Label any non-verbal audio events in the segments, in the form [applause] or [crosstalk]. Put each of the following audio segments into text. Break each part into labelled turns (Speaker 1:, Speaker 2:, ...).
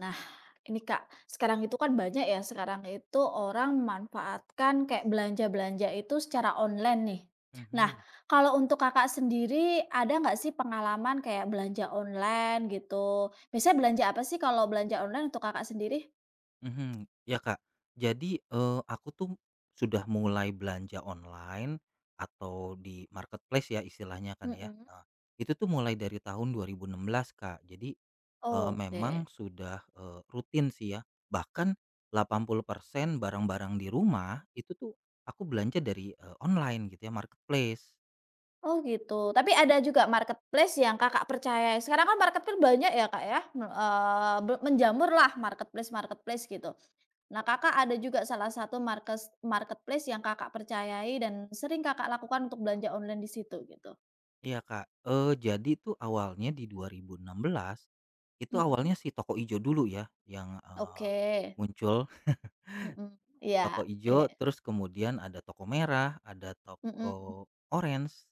Speaker 1: Nah, ini Kak, sekarang itu kan banyak ya, sekarang itu orang memanfaatkan kayak belanja-belanja itu secara online nih. Nah,
Speaker 2: Mhm,
Speaker 1: kalau untuk Kakak sendiri ada nggak sih pengalaman kayak belanja online gitu? Biasanya belanja apa sih kalau belanja online untuk Kakak sendiri?
Speaker 2: mhm. Ya, Kak. Jadi, aku tuh sudah mulai belanja online atau di marketplace ya istilahnya kan ya,
Speaker 1: Mhm.
Speaker 2: itu tuh mulai dari tahun 2016 Kak. Jadi,
Speaker 1: Oke.
Speaker 2: memang sudah, rutin sih ya, bahkan 80% barang-barang di rumah itu tuh aku belanja dari, online gitu ya, marketplace.
Speaker 1: Oh gitu, tapi ada juga marketplace yang Kakak percaya. Sekarang kan marketplace banyak ya Kak ya, me eee, be menjamurlah marketplace-marketplace gitu. Nah, Kakak ada juga salah satu marketplace yang Kakak percayai dan sering Kakak lakukan untuk belanja online di situ gitu?
Speaker 2: Iya, Kak. Jadi tuh awalnya di 2016 itu
Speaker 1: Mhm.
Speaker 2: awalnya si toko ijo dulu ya yang,
Speaker 1: Oke.
Speaker 2: muncul.
Speaker 1: Mhm. Iya,
Speaker 2: Toko
Speaker 1: oke.
Speaker 2: hijau, terus kemudian ada toko merah, ada
Speaker 1: Mhm
Speaker 2: toko orange,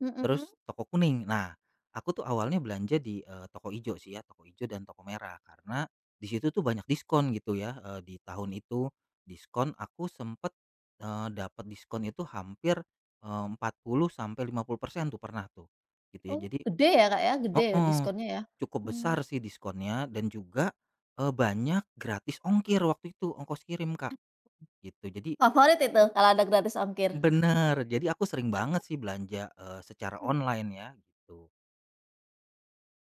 Speaker 1: mhm.
Speaker 2: terus toko kuning. Nah, aku tuh awalnya belanja di, toko hijau sih ya, toko hijau dan toko merah karena di situ tuh banyak diskon gitu ya, di tahun itu. Diskon aku sempet, dapat diskon itu hampir, 40 sampai 50% tuh pernah tuh, gitu ya.
Speaker 1: Oh,
Speaker 2: Jadi.
Speaker 1: gede ya, Kak, ya? Gede
Speaker 2: Oh,
Speaker 1: diskonnya ya?
Speaker 2: cukup besar
Speaker 1: Mmm,
Speaker 2: sih diskonnya dan juga, banyak gratis ongkir waktu itu, ongkos kirim, Kak, gitu. Jadi.
Speaker 1: favorit itu kalau ada gratis ongkir?
Speaker 2: Bener, jadi aku sering banget sih belanja, secara online ya gitu.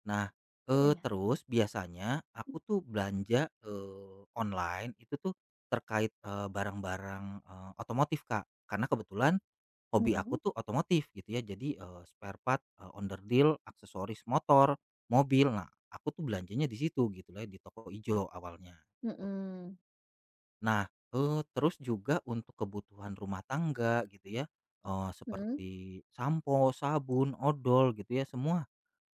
Speaker 2: Nah,
Speaker 1: Oke.
Speaker 2: terus biasanya aku tuh belanja, online itu tuh terkait, barang-barang, otomotif, Kak. Karena kebetulan
Speaker 1: Mhm
Speaker 2: hobi aku
Speaker 1: mhm.
Speaker 2: tuh otomotif gitu ya. Jadi, spare part, onderdil, aksesoris motor, mobil. Nah, aku tuh belanjanya di situ gitu lah, di toko ijo awalnya.
Speaker 1: Mhm.
Speaker 2: Nah, terus juga untuk kebutuhan rumah tangga gitu ya,
Speaker 1: Mhm.
Speaker 2: seperti sampo, sabun, odol gitu ya, semua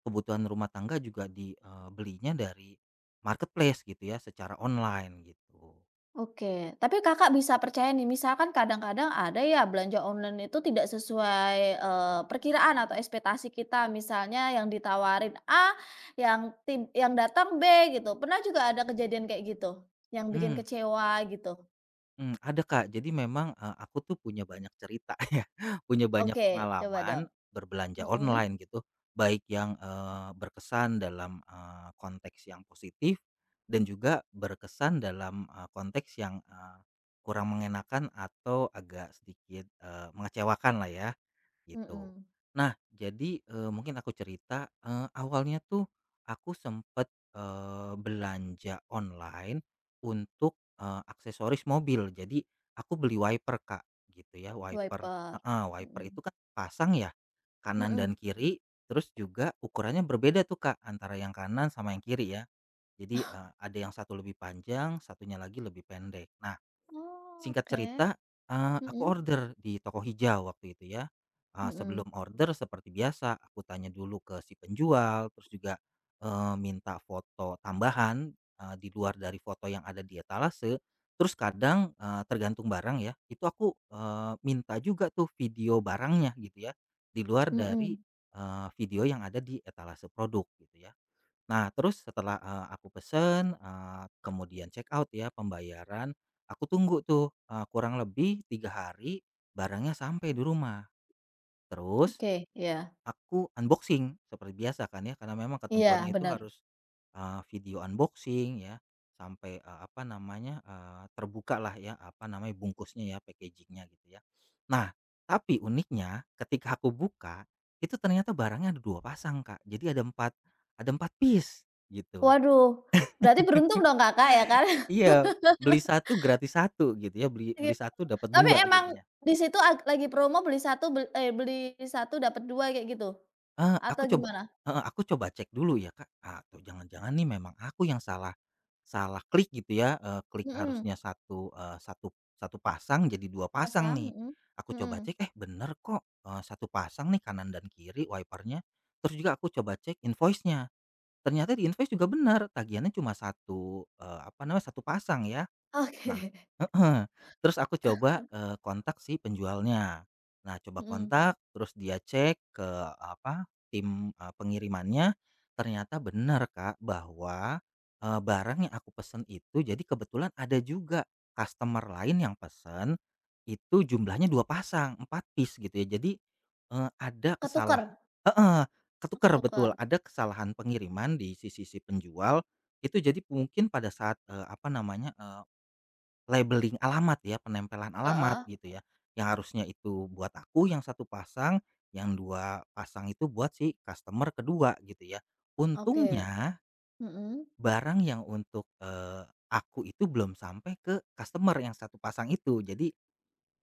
Speaker 2: kebutuhan rumah tangga juga dibelinya dari marketplace gitu ya, secara online gitu.
Speaker 1: Oke, tapi Kakak bisa percaya nih, misalkan kadang-kadang ada ya belanja online itu tidak sesuai, perkiraan atau ekspektasi kita. Misalnya yang ditawarin A, yang tim yang datang B gitu. Pernah juga ada kejadian kayak gitu? Yang bikin
Speaker 2: Mmm.
Speaker 1: kecewa gitu?
Speaker 2: Mmm, ada Kak, jadi memang, aku tuh punya banyak cerita [laughs] ya, punya banyak
Speaker 1: Oke, coba
Speaker 2: pengalaman
Speaker 1: dong.
Speaker 2: berbelanja
Speaker 1: Mhm,
Speaker 2: online gitu, baik yang, berkesan dalam, konteks yang positif dan juga berkesan dalam, konteks yang, kurang mengenakan atau agak sedikit, mengecewakan lah ya. Gitu.
Speaker 1: mhm,
Speaker 2: Nah, jadi, mungkin aku cerita, awalnya tuh aku sempet, belanja online untuk, aksesoris mobil. Jadi aku beli wiper, Kak, gitu ya, wiper
Speaker 1: wiper.
Speaker 2: heeh, wiper itu
Speaker 1: Mhm,
Speaker 2: kan pasang ya, kanan
Speaker 1: mhm.
Speaker 2: dan kiri, terus juga ukurannya berbeda tuh, Kak, antara yang kanan sama yang kiri ya. Jadi, ada yang satu lebih panjang, satunya lagi lebih pendek. Nah.
Speaker 1: Oh,
Speaker 2: Singkat
Speaker 1: oke.
Speaker 2: cerita, aku
Speaker 1: Mhm,
Speaker 2: order di toko hijau waktu itu ya,
Speaker 1: mhm,
Speaker 2: sebelum order seperti biasa aku tanya dulu ke si penjual, terus juga, minta foto tambahan, di luar dari foto yang ada di etalase, terus kadang, tergantung barang ya, itu aku, minta juga tuh video barangnya gitu ya, di luar dari,
Speaker 1: mhm.
Speaker 2: video yang ada di etalase produk gitu ya. Nah, terus setelah, aku pesen, kemudian check out ya, pembayaran, aku tunggu tuh, kurang lebih 3 hari barangnya sampai di rumah. Terus
Speaker 1: Oke. Ya.
Speaker 2: aku unboxing seperti biasa kan ya, karena memang
Speaker 1: Iya,
Speaker 2: ketentuannya itu
Speaker 1: benar.
Speaker 2: harus, video unboxing ya, sampai, apa namanya, terbuka lah ya, apa namanya, bungkusnya ya, packagingnya gitu ya. Nah, tapi uniknya ketika aku buka, itu ternyata barangnya ada 2 pasang, Kak. Jadi ada empat piece gitu.
Speaker 1: Waduh, berarti beruntung dong Kakak ya kan?
Speaker 2: Iya, beli satu gratis satu gitu ya, beli
Speaker 1: [laughs]
Speaker 2: beli satu dapat
Speaker 1: Tapi
Speaker 2: 2
Speaker 1: emang
Speaker 2: jadinya.
Speaker 1: di situ lagi promo beli satu beli satu dapat dua kayak gitu?
Speaker 2: Ah
Speaker 1: Atau
Speaker 2: aku coba
Speaker 1: gimana?
Speaker 2: heeh, aku coba cek dulu ya, Kak, atau jangan-jangan nih memang aku yang salah salah klik gitu ya, klik
Speaker 1: Mhm,
Speaker 2: harusnya satu 1 pasang jadi 2 pasang
Speaker 1: pasang,
Speaker 2: nih.
Speaker 1: mhm,
Speaker 2: Aku
Speaker 1: mhm.
Speaker 2: coba cek, bener kok, 1 pasang nih kanan dan kiri wipernya. Terus juga aku coba cek invoice-nya, ternyata di invoice juga bener, tagihannya cuma apa namanya, satu pasang ya. Nah
Speaker 1: Oke. [laughs]
Speaker 2: [laughs] terus aku coba, kontak si penjualnya. Nah coba
Speaker 1: Mhm,
Speaker 2: kontak, terus dia cek ke apa, tim, pengirimannya, ternyata benar Kak, bahwa, barang yang aku pesen itu jadi kebetulan ada juga customer lain yang pesen, itu jumlahnya 2 pasang, 4 piece gitu ya. Jadi, eee, ada
Speaker 1: ketuker
Speaker 2: kesalah heeh, ketuker betul,
Speaker 1: ketuker,
Speaker 2: ada kesalahan pengiriman di sisi si penjual, itu jadi mungkin pada saat, apa namanya, labeling alamat ya, penempelan alamat
Speaker 1: heeh,
Speaker 2: gitu ya, yang harusnya itu buat aku yang satu pasang, yang 2 pasang itu buat si customer kedua gitu ya.
Speaker 1: oke,
Speaker 2: Untungnya
Speaker 1: mhm
Speaker 2: barang yang untuk, aku itu belum sampai ke customer yang satu pasang itu, jadi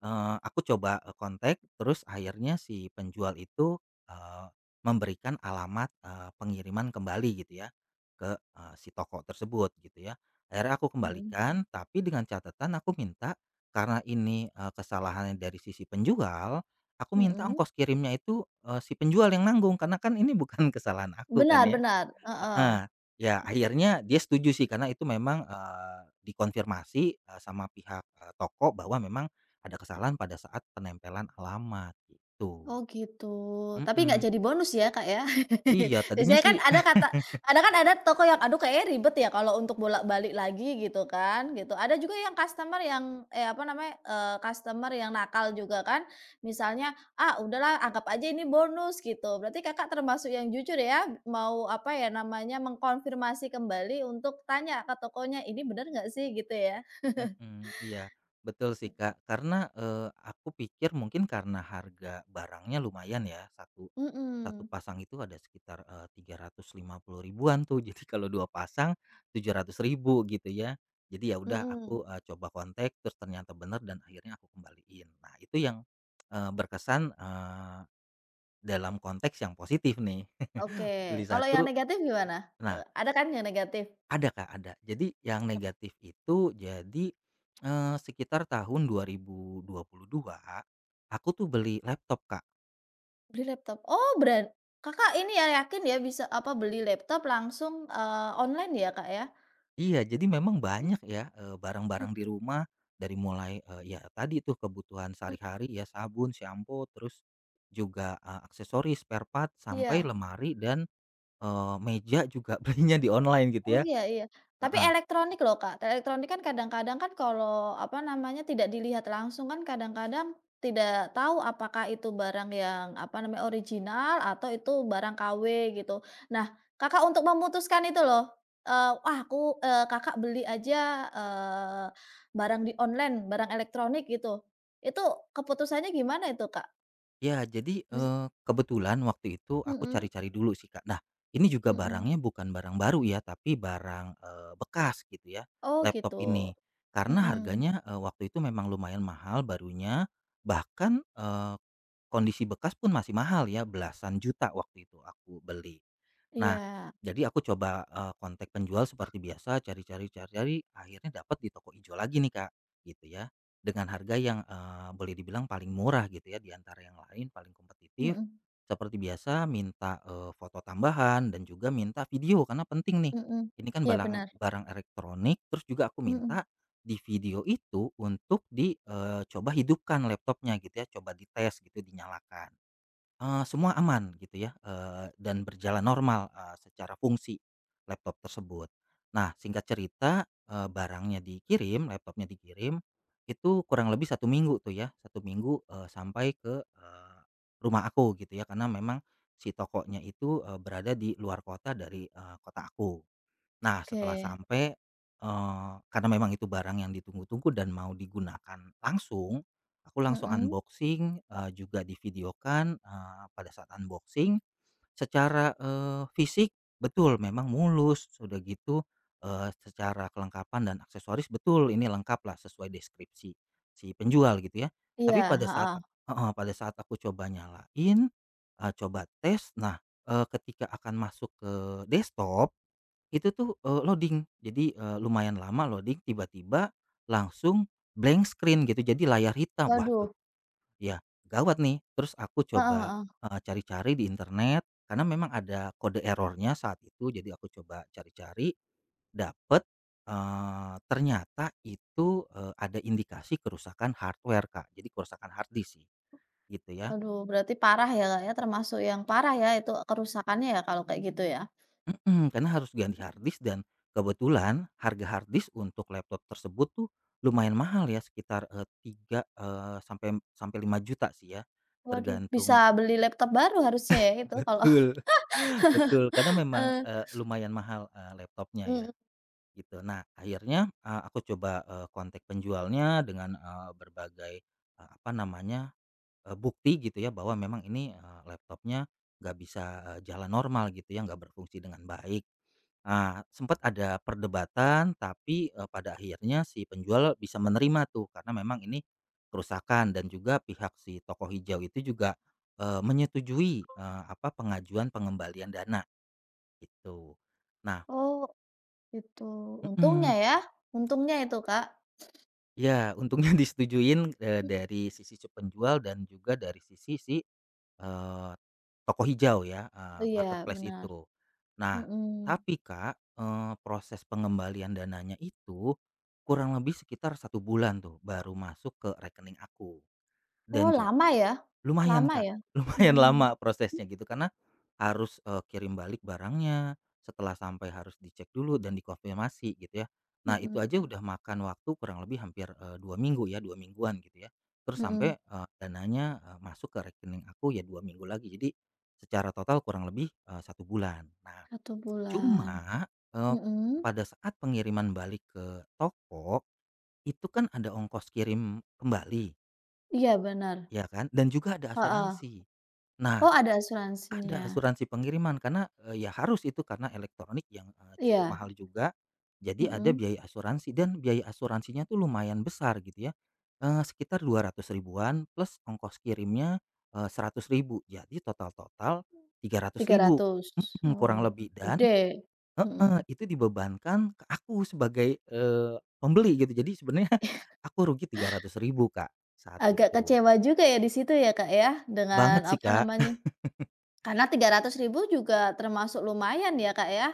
Speaker 2: Aku coba, kontak terus akhirnya si penjual itu, eee, memberikan alamat, pengiriman kembali gitu ya ke, si toko tersebut gitu ya. Akhirnya aku
Speaker 1: mhm
Speaker 2: kembalikan tapi dengan catatan aku minta karena ini, kesalahannya dari sisi penjual, aku minta
Speaker 1: mhm,
Speaker 2: ongkos kirimnya itu, si penjual yang nanggung karena kan ini bukan [laughs] kesalahan aku kan
Speaker 1: benar
Speaker 2: ya.
Speaker 1: benar, heeh.
Speaker 2: Heeh. Ya akhirnya dia setuju sih karena itu memang, dikonfirmasi, sama pihak, toko bahwa memang ada kesalahan pada saat penempelan alamat gitu,
Speaker 1: Oh gitu, tapi nggak
Speaker 2: mhm.
Speaker 1: jadi bonus ya, Kak, ya?
Speaker 2: Iya,
Speaker 1: [laughs]
Speaker 2: tadinya
Speaker 1: Biasanya kan
Speaker 2: sih.
Speaker 1: ada kata ada kan ada toko yang, aduh kayaknya ribet ya kalau untuk bolak-balik lagi gitu kan, gitu. Ada juga yang customer yang, eh, apa namanya, customer yang nakal juga kan. Misalnya, "Ah, udahlah anggap aja ini bonus," gitu. Berarti Kakak termasuk yang jujur ya, mau, apa ya namanya, mengkonfirmasi kembali untuk tanya ke tokonya, "Ini bener nggak sih?" Gitu ya?
Speaker 2: Mhm, iya, betul sih, Kak. Karena, aku pikir mungkin karena harga barangnya lumayan ya, satu satu
Speaker 1: Mhm,
Speaker 2: pasang itu ada sekitar, 350 ribuan tuh. [laughs] Jadi kalau 2 pasang, 700 ribu gitu ya. Jadi ya udah
Speaker 1: mhm.
Speaker 2: aku, coba kontak, terus ternyata bener dan akhirnya aku kembaliin. Nah itu yang, berkesan, dalam konteks yang positif nih.
Speaker 1: Oke,
Speaker 2: [laughs] Beli
Speaker 1: kalau yang
Speaker 2: satu.
Speaker 1: negatif gimana? Tuh,
Speaker 2: Nah,
Speaker 1: ada kan yang negatif?
Speaker 2: ada Kak, ada. Jadi yang negatif itu jadi, sekitar tahun dua 2022 aku tuh beli laptop Kak.
Speaker 1: Beli laptop? Oh beran Kakak ini ya yakin ya bisa, apa, beli laptop langsung, online ya, Kak, ya?
Speaker 2: Iya, jadi memang banyak ya,
Speaker 1: Mmm,
Speaker 2: barang-barang di rumah dari mulai, ya tadi tuh kebutuhan
Speaker 1: mhm.
Speaker 2: sehari-hari ya sabun, sampo, terus juga, aksesoris, spare part, sampai
Speaker 1: Iya.
Speaker 2: lemari dan, meja juga [laughs] belinya di online
Speaker 1: Oh
Speaker 2: gitu ya.
Speaker 1: iya iya. Tapi elektronik loh, Kak. Elektronik kan kadang-kadang kan kalau, apa namanya, tidak dilihat langsung kan kadang-kadang tidak tahu apakah itu barang yang, apa namanya, original atau itu barang KW gitu. Nah, Kakak untuk memutuskan itu loh, "Wah aku," Kakak beli aja, eee, barang di online, barang elektronik gitu. Itu keputusannya gimana itu, Kak?
Speaker 2: Ya, jadi,
Speaker 1: Bis
Speaker 2: kebetulan waktu itu aku
Speaker 1: mhm
Speaker 2: cari-cari dulu sih, Kak. Nah, ini juga
Speaker 1: mhm.
Speaker 2: barangnya bukan barang baru ya, tapi barang, bekas gitu ya,
Speaker 1: Oh gitu.
Speaker 2: laptop ini. Karena
Speaker 1: Mhm.
Speaker 2: harganya, waktu itu memang lumayan mahal barunya, bahkan, kondisi bekas pun masih mahal ya, belasan juta waktu itu aku beli. Nah,
Speaker 1: Iya.
Speaker 2: jadi aku coba, kontak penjual seperti biasa cari-cari akhirnya dapat di toko ijo lagi nih, Kak, gitu ya. Dengan harga yang, boleh dibilang paling murah gitu ya di antara yang lain, paling kompetitif.
Speaker 1: Mhm
Speaker 2: Seperti biasa minta, foto tambahan dan juga minta video karena penting nih.
Speaker 1: mhm.
Speaker 2: Ini kan
Speaker 1: Iya
Speaker 2: barang
Speaker 1: benar.
Speaker 2: barang elektronik, terus juga aku
Speaker 1: Mhm,
Speaker 2: minta di video itu untuk dicoba hidupkan laptopnya gitu ya, coba dites gitu, dinyalakan. Semua aman gitu ya, dan berjalan normal, secara fungsi laptop tersebut. Nah, singkat cerita, barangnya dikirim, laptopnya dikirim, itu kurang lebih satu minggu tuh ya, satu minggu, sampai ke, rumah aku gitu ya, karena memang si tokonya itu, berada di luar kota dari, kota aku. Nah, setelah
Speaker 1: oke,
Speaker 2: sampai, karena memang itu barang yang ditunggu-tunggu dan mau digunakan langsung, aku langsung
Speaker 1: mhm,
Speaker 2: unboxing, juga divideokan, pada saat unboxing secara, fisik betul memang mulus, sudah gitu, secara kelengkapan dan aksesoris betul ini lengkap lah sesuai deskripsi si penjual gitu ya.
Speaker 1: iya,
Speaker 2: Tapi pada saat
Speaker 1: heeh,
Speaker 2: heeh, pada saat aku coba nyalain, coba tes, nah, ketika akan masuk ke desktop itu tuh, loading. Jadi, lumayan lama loading, tiba-tiba langsung blank screen gitu, jadi layar hitam. Waduh,
Speaker 1: waduh,
Speaker 2: ya gawat nih. Terus aku
Speaker 1: heeh
Speaker 2: coba,
Speaker 1: heeh,
Speaker 2: cari-cari di internet, karena memang ada kode errornya saat itu, jadi aku coba cari-cari, dapet, ternyata itu, ada indikasi kerusakan hardware, Kak. Jadi kerusakan hard disk sih, gitu ya.
Speaker 1: waduh berarti parah ya, Kak, ya, termasuk yang parah ya itu kerusakannya ya kalau kayak gitu ya?
Speaker 2: Mhm, karena harus ganti harddisk dan kebetulan harga harddisk untuk laptop tersebut tuh lumayan mahal ya sekitar, 3, sampai sampai 5 juta sih ya,
Speaker 1: Waduh bisa
Speaker 2: tergantung.
Speaker 1: beli laptop baru harusnya ya
Speaker 2: [laughs]
Speaker 1: itu kalau
Speaker 2: Betul,
Speaker 1: [laughs]
Speaker 2: betul karena memang,
Speaker 1: Eee.
Speaker 2: lumayan mahal, laptopnya ya
Speaker 1: Mhm,
Speaker 2: gitu. Nah akhirnya, aku coba, kontak penjualnya dengan, berbagai, apa namanya, bukti gitu ya bahwa memang ini, laptopnya nggak bisa, jalan normal gitu ya, nggak berfungsi dengan baik. Nah, sempat ada perdebatan tapi, pada akhirnya si penjual bisa menerima tuh karena memang ini kerusakan dan juga pihak si toko hijau itu juga, menyetujui, apa, pengajuan pengembalian dana gitu. Nah,
Speaker 1: oh gitu, untungnya
Speaker 2: mhm,
Speaker 1: ya, untungnya itu, Kak,
Speaker 2: ya untungnya [laughs] disetujuin,
Speaker 1: mhm.
Speaker 2: dari sisi si penjual dan juga dari sisi si Eee, toko hijau ya,
Speaker 1: Oh iya
Speaker 2: marketplace
Speaker 1: benar,
Speaker 2: itu. Nah,
Speaker 1: mhm,
Speaker 2: tapi Kak, proses pengembalian dananya itu kurang lebih sekitar satu bulan tuh baru masuk ke rekening aku
Speaker 1: oh
Speaker 2: dan juga.
Speaker 1: lama ya
Speaker 2: Lumayan,
Speaker 1: lama
Speaker 2: Kak,
Speaker 1: ya?
Speaker 2: [laughs] lumayan
Speaker 1: Mhm
Speaker 2: lama prosesnya gitu karena harus, kirim balik barangnya, setelah sampai harus dicek dulu dan dikonfirmasi gitu ya. Nah itu
Speaker 1: mhm
Speaker 2: aja udah makan waktu kurang lebih hampir, 2 minggu ya, 2 mingguan gitu ya. Terus
Speaker 1: mhm,
Speaker 2: sampai, dananya, masuk ke rekening aku ya 2 minggu lagi. Jadi secara total kurang lebih, 1 bulan. Nah
Speaker 1: satu bulan,
Speaker 2: cuma, eee,
Speaker 1: mhm,
Speaker 2: pada saat pengiriman balik ke toko, itu kan ada ongkos kirim kembali,
Speaker 1: iya benar,
Speaker 2: ya kan, dan juga ada
Speaker 1: heeh,
Speaker 2: asuransi. Nah,
Speaker 1: oh ada asuransinya.
Speaker 2: ada asuransi pengiriman karena, ya harus itu karena elektronik yang, cukup
Speaker 1: Iya,
Speaker 2: mahal juga. Jadi ada
Speaker 1: mhm,
Speaker 2: biaya asuransi dan biaya asuransinya tuh lumayan besar gitu ya, sekitar 200 ribuan plus ongkos kirimnya, Rp100.000 jadi total-total
Speaker 1: 300.
Speaker 2: Rp300.000, mhm, kurang
Speaker 1: Oh,
Speaker 2: lebih dan
Speaker 1: gede, mhm,
Speaker 2: heeh, itu dibebankan ke aku sebagai, pembeli gitu. Jadi sebenarnya [laughs] aku rugi 300 ribu Kak, saat
Speaker 1: agak
Speaker 2: itu.
Speaker 1: kecewa juga ya di situ ya, Kak, ya, dengan
Speaker 2: Banget sih,
Speaker 1: apa
Speaker 2: Kak.
Speaker 1: namanya,
Speaker 2: [laughs]
Speaker 1: karena 300 ribu juga termasuk lumayan ya, Kak, ya?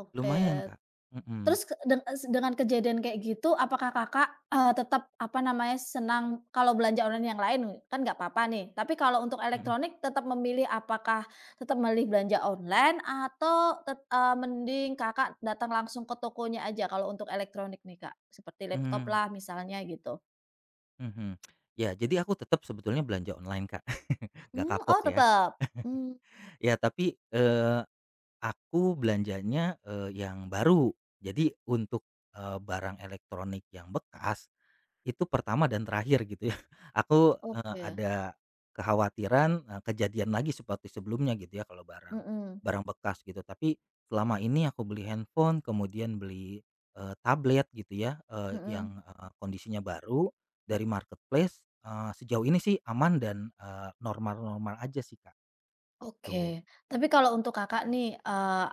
Speaker 1: Oke.
Speaker 2: Lumayan, Kak. Mhm,
Speaker 1: Terus ke deng es dengan kejadian kayak gitu, apakah Kakak, tetap, apa namanya, senang kalau belanja online yang lain kan nggak apa-apa nih, tapi kalau untuk
Speaker 2: mhm.
Speaker 1: elektronik tetap memilih apakah tetap milih belanja online atau mending Kakak datang langsung ke tokonya aja kalau untuk elektronik nih, Kak? Seperti laptop
Speaker 2: Mmm,
Speaker 1: lah misalnya gitu.
Speaker 2: mhm. Ya, jadi aku tetap sebetulnya belanja online, Kak. [laughs] Nggak
Speaker 1: Mmm, oh
Speaker 2: kapok ya.
Speaker 1: tetap? Mmm,
Speaker 2: Ya, tapi, aku belanjanya, yang baru. Jadi untuk, barang elektronik yang bekas, itu pertama dan terakhir gitu ya. [laughs] Aku,
Speaker 1: oke.
Speaker 2: ada kekhawatiran, kejadian lagi seperti sebelumnya gitu ya kalau barang
Speaker 1: Mhm,
Speaker 2: barang bekas gitu. Tapi selama ini aku beli handphone, kemudian beli, tablet gitu ya,
Speaker 1: mhm.
Speaker 2: yang, kondisinya baru dari marketplace, sejauh ini sih aman dan, normal-normal aja sih, Kak, itu.
Speaker 1: Oke, tapi kalau untuk Kakak nih,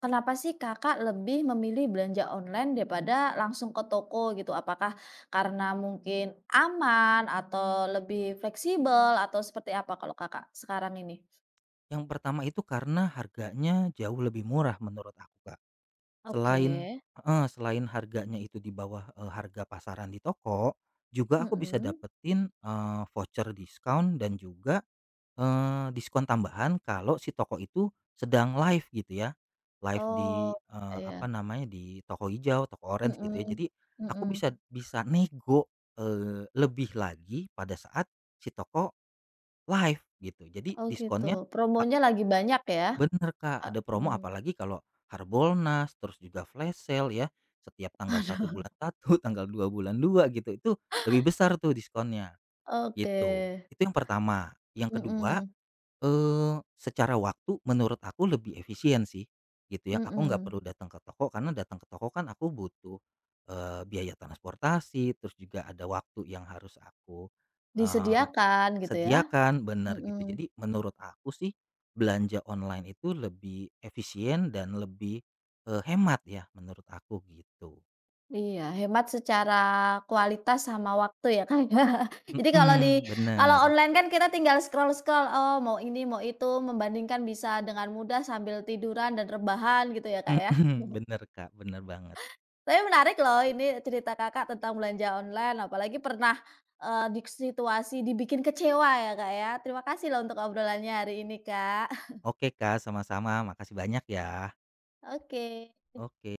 Speaker 1: kenapa sih Kakak lebih memilih belanja online daripada langsung ke toko gitu? Apakah karena mungkin aman atau lebih fleksibel atau seperti apa kalau Kakak sekarang ini?
Speaker 2: Yang pertama itu karena harganya jauh lebih murah menurut aku, Kak.
Speaker 1: Oke,
Speaker 2: Selain heeh, selain harganya itu di bawah, harga pasaran di toko, juga aku bisa
Speaker 1: mhm,
Speaker 2: dapetin, voucher diskon dan juga, diskon tambahan kalau si toko itu sedang live gitu ya. Live di,
Speaker 1: oh, iya iya,
Speaker 2: apa namanya, di toko hijau, toko orange gitu ya. Jadi
Speaker 1: mhm,
Speaker 2: aku
Speaker 1: mhm,
Speaker 2: bisa bisa nego, lebih lagi pada saat si toko live gitu. Jadi
Speaker 1: oh gitu,
Speaker 2: diskonnya.
Speaker 1: promonya lagi banyak ya?
Speaker 2: Bener, Kak,
Speaker 1: Eee,
Speaker 2: ada promo
Speaker 1: mmm,
Speaker 2: apalagi kalau Harbolnas, terus juga flash sale ya, setiap
Speaker 1: [laughs]
Speaker 2: tanggal satu
Speaker 1: aduh,
Speaker 2: bulan satu [laughs] tanggal 2 bulan 2 gitu, itu lebih besar tuh diskonnya,
Speaker 1: oke,
Speaker 2: gitu. Itu yang pertama. Yang kedua
Speaker 1: mhm,
Speaker 2: secara waktu menurut aku lebih efisien sih, gitu ya. Aku nggak
Speaker 1: mhm,
Speaker 2: perlu datang ke toko karena datang ke toko kan aku butuh, biaya transportasi, terus juga ada waktu yang harus aku, eee,
Speaker 1: disediakan gitu ya?
Speaker 2: sediakan, benar gitu.
Speaker 1: Mhm.
Speaker 2: Jadi menurut aku sih belanja online itu lebih efisien dan lebih, hemat ya menurut aku gitu.
Speaker 1: Iya, hemat secara kualitas sama waktu ya, Kak. [laughs] Jadi kalau di
Speaker 2: Mhm,
Speaker 1: kalau
Speaker 2: bener.
Speaker 1: online kan kita tinggal scroll-scroll, oh mau ini, mau itu, membandingkan bisa dengan mudah sambil tiduran dan rebahan gitu ya, Kak, ya.
Speaker 2: [laughs] Bener Kak, bener banget.
Speaker 1: Tapi menarik loh ini cerita Kakak tentang belanja online, apalagi pernah, di situasi dibikin kecewa ya, Kak, ya. Terima kasih loh untuk obrolannya hari ini, Kak. [laughs]
Speaker 2: Oke Kak, sama-sama, makasih banyak ya.
Speaker 1: Oke.
Speaker 2: Oke.